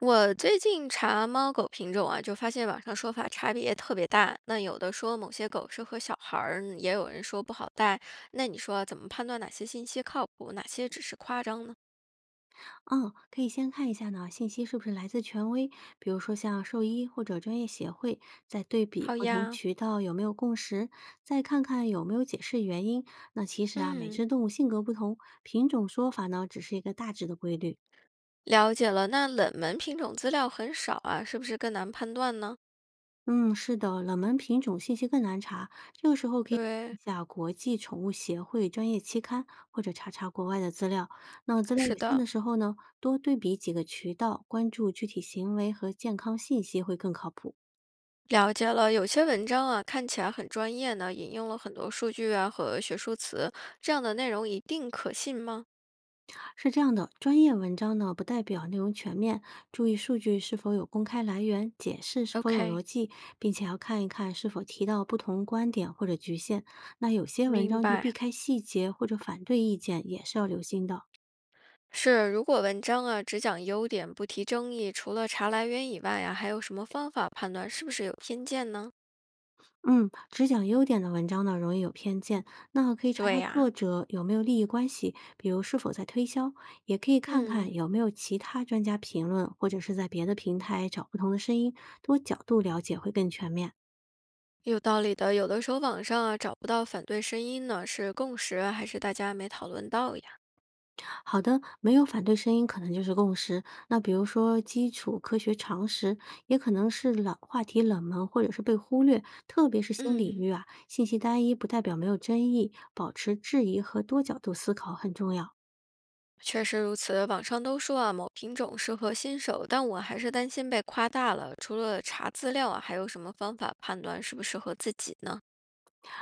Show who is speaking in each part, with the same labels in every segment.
Speaker 1: 我最近查猫狗品种啊，就发现网上说法差别特别大。那有的说某些狗适合小孩儿，也有人说不好带。那你说怎么判断哪些信息靠谱，哪些只是夸张呢？
Speaker 2: 嗯，可以先看一下呢，信息是不是来自权威，比如说像兽医或者专业协会，再对比
Speaker 1: 好
Speaker 2: 不同
Speaker 1: 呀，
Speaker 2: 渠道有没有共识，再看看有没有解释原因。那其实啊，每
Speaker 1: 嗯，
Speaker 2: 只动物性格不同，品种说法呢只是一个大致的规律。
Speaker 1: 了解了。那冷门品种资料很少啊，是不是更难判断呢？
Speaker 2: 嗯，是的，冷门品种信息更难查，这个时候可以看一
Speaker 1: 对，
Speaker 2: 下国际宠物协会专业期刊，或者查查国外的资料。那资料
Speaker 1: 是
Speaker 2: 有限
Speaker 1: 的，
Speaker 2: 的时候呢，多对比几个渠道，关注具体行为和健康信息会更靠谱。
Speaker 1: 了解了。有些文章啊，看起来很专业呢，引用了很多数据啊和学术词，这样的内容一定可信吗
Speaker 2: 是这样的，专业文章呢不代表内容全面，注意数据是否有公开来源，解释是否有
Speaker 1: ？OK，
Speaker 2: 逻辑，并且要看一看是否提到不同观点或者局限。那有些文
Speaker 1: 明
Speaker 2: 章就避
Speaker 1: 白。
Speaker 2: 开细节或者反对意见，也是要留心的。
Speaker 1: 是，如果文章啊只讲优点不提争议，除了查来源以外啊，还有什么方法判断是不是有偏见呢？
Speaker 2: 嗯，只讲优点的文章呢，容易有偏见。那可以查
Speaker 1: 对
Speaker 2: 查
Speaker 1: 呀、
Speaker 2: 作者有没有利益关系，比如是否在推销，也可以看看
Speaker 1: 嗯，
Speaker 2: 有没有其他专家评论，或者是在别的平台找不同的声音，多角度了解会更全面。
Speaker 1: 有道理的。有的时候网上啊找不到反对声音呢，是共识啊还是大家没讨论到呀？
Speaker 2: 好的，没有反对声音可能就是共识。那比如说基础科学常识，也可能是冷话题冷门或者是被忽略，特别是新领
Speaker 1: 嗯，
Speaker 2: 域啊，信息单一不代表没有争议，保持质疑和多角度思考很重要。
Speaker 1: 确实如此。网上都说啊某品种适合新手，但我还是担心被夸大了。除了查资料啊，还有什么方法判断适不适合自己呢？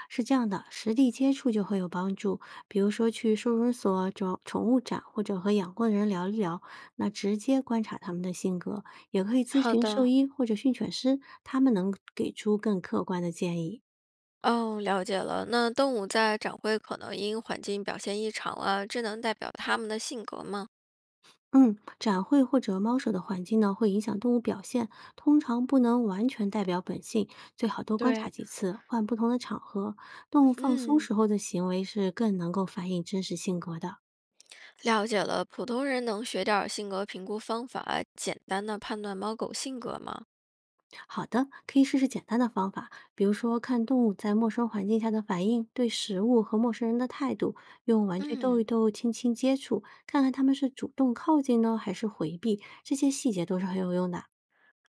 Speaker 2: 是这样的，实地接触就会有帮助。比如说去收容所、找宠物展，或者和养过的人聊一聊，那直接观察他们的性格，也可以咨
Speaker 1: 好
Speaker 2: 询兽
Speaker 1: 的，
Speaker 2: 医或者训犬师，他们能给出更客观的建议。
Speaker 1: 哦，了解了。那动物在展会可能因环境表现异常啊，这能代表它们的性格吗？
Speaker 2: 嗯，展会或者猫舍的环境呢，会影响动物表现，通常不能完全代表本性，最好多观察
Speaker 1: 对，
Speaker 2: 几次，换不同的场合。动物放松
Speaker 1: 嗯，
Speaker 2: 时候的行为是更能够反映真实性格的。
Speaker 1: 了解了。普通人能学点儿性格评估方法，简单的判断猫狗性格吗？
Speaker 2: 好的，可以试试简单的方法，比如说看动物在陌生环境下的反应，对食物和陌生人的态度，用玩具逗一
Speaker 1: 嗯，
Speaker 2: 逗，轻轻接触，看看它们是主动靠近呢，还是回避，这些细节都是很有用的。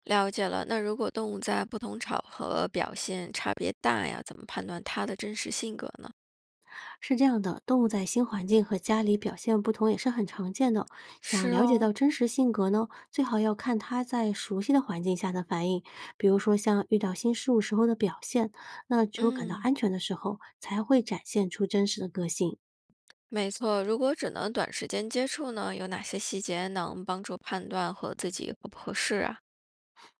Speaker 1: 了解了。那如果动物在不同场合表现差别大呀，怎么判断它的真实性格呢？
Speaker 2: 是这样的，动物在新环境和家里表现不同也是很常见的。想
Speaker 1: 是
Speaker 2: 了解
Speaker 1: 哦，
Speaker 2: 到真实性格呢，最好要看它在熟悉的环境下的反应，比如说像遇到新事物时候的表现。那只有感到
Speaker 1: 嗯，
Speaker 2: 安全的时候，才会展现出真实的个性。
Speaker 1: 没错。如果只能短时间接触呢，有哪些细节能帮助判断和自己合不合适啊？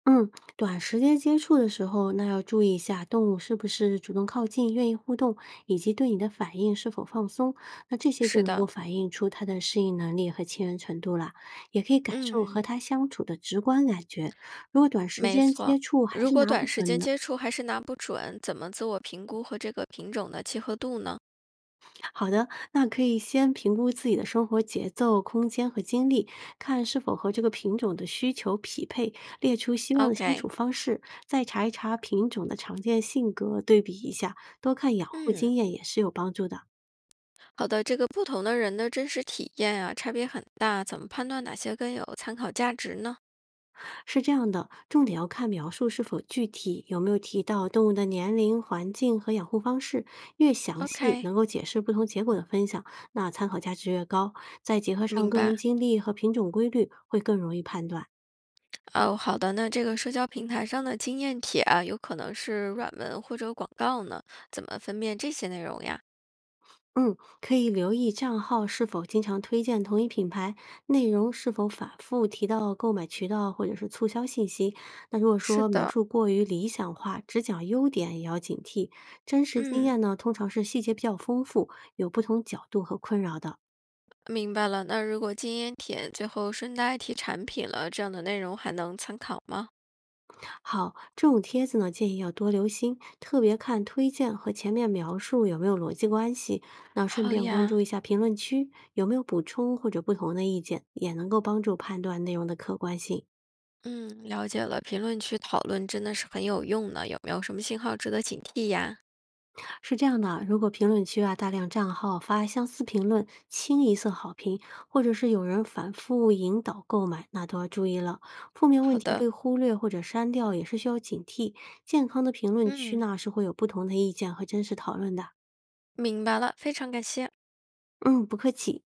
Speaker 2: 嗯，短时间接触的时候，那要注意一下动物是不是主动靠近、愿意互动，以及对你的反应是否放松。那这些就
Speaker 1: 是
Speaker 2: 能够
Speaker 1: 的，
Speaker 2: 反映出它的适应能力和亲人程度了，也可以感受和
Speaker 1: 嗯，
Speaker 2: 它相处的直观感觉。如果短时
Speaker 1: 没
Speaker 2: 间接
Speaker 1: 错。
Speaker 2: 触还
Speaker 1: 如
Speaker 2: 是
Speaker 1: 果
Speaker 2: 拿不
Speaker 1: 短时
Speaker 2: 准
Speaker 1: 间
Speaker 2: 呢
Speaker 1: 接触还是拿不准，怎么自我评估和这个品种的契合度呢
Speaker 2: 好的，那可以先评估自己的生活节奏、空间和精力，看是否和这个品种的需求匹配，列出希望的相处
Speaker 1: ？OK，
Speaker 2: 方式，再查一查品种的常见性格，对比一下，多看养护
Speaker 1: 嗯，
Speaker 2: 经验也是有帮助的。
Speaker 1: 好的，这个不同的人的真实体验啊，差别很大，怎么判断哪些更有参考价值呢
Speaker 2: 是这样的，重点要看描述是否具体，有没有提到动物的年龄、环境和养护方式，越详细
Speaker 1: ？OK，
Speaker 2: 能够解释不同结果的分享，那参考价值越高。再结合上
Speaker 1: 明
Speaker 2: 个
Speaker 1: 白。
Speaker 2: 人经历和品种规律，会更容易判断。
Speaker 1: 哦，好的，那这个社交平台上的经验帖啊，有可能是软文或者广告呢，怎么分辨这些内容呀？
Speaker 2: 嗯，可以留意账号是否经常推荐同一品牌，内容是否反复提到购买渠道或者是促销信息。那如果
Speaker 1: 是
Speaker 2: 说描
Speaker 1: 的，
Speaker 2: 述过于理想化，只讲优点也要警惕。真实经
Speaker 1: 嗯。
Speaker 2: 验呢，通常是细节比较丰富，有不同角度和困扰的。
Speaker 1: 明白了。那如果禁烟帖最后顺带提产品了，这样的内容还能参考吗？
Speaker 2: 好，这种帖子呢，建议要多留心，特别看推荐和前面描述有没有逻辑关系。那顺
Speaker 1: 好
Speaker 2: 便关注
Speaker 1: 呀，
Speaker 2: 一下评论区有没有补充或者不同的意见，也能够帮助判断内容的客观性。
Speaker 1: 嗯，了解了。评论区讨论真的是很有用呢。有没有什么信号值得警惕呀？
Speaker 2: 是这样的，如果评论区啊大量账号发相似评论，清一色好评，或者是有人反复引导购买，那都要注意了。负面问
Speaker 1: 好
Speaker 2: 题
Speaker 1: 的，
Speaker 2: 被忽略或者删掉也是需要警惕。健康的评论区
Speaker 1: 嗯，
Speaker 2: 呢是会有不同的意见和真实讨论的。
Speaker 1: 明白了，非常感谢。
Speaker 2: 嗯，不客气。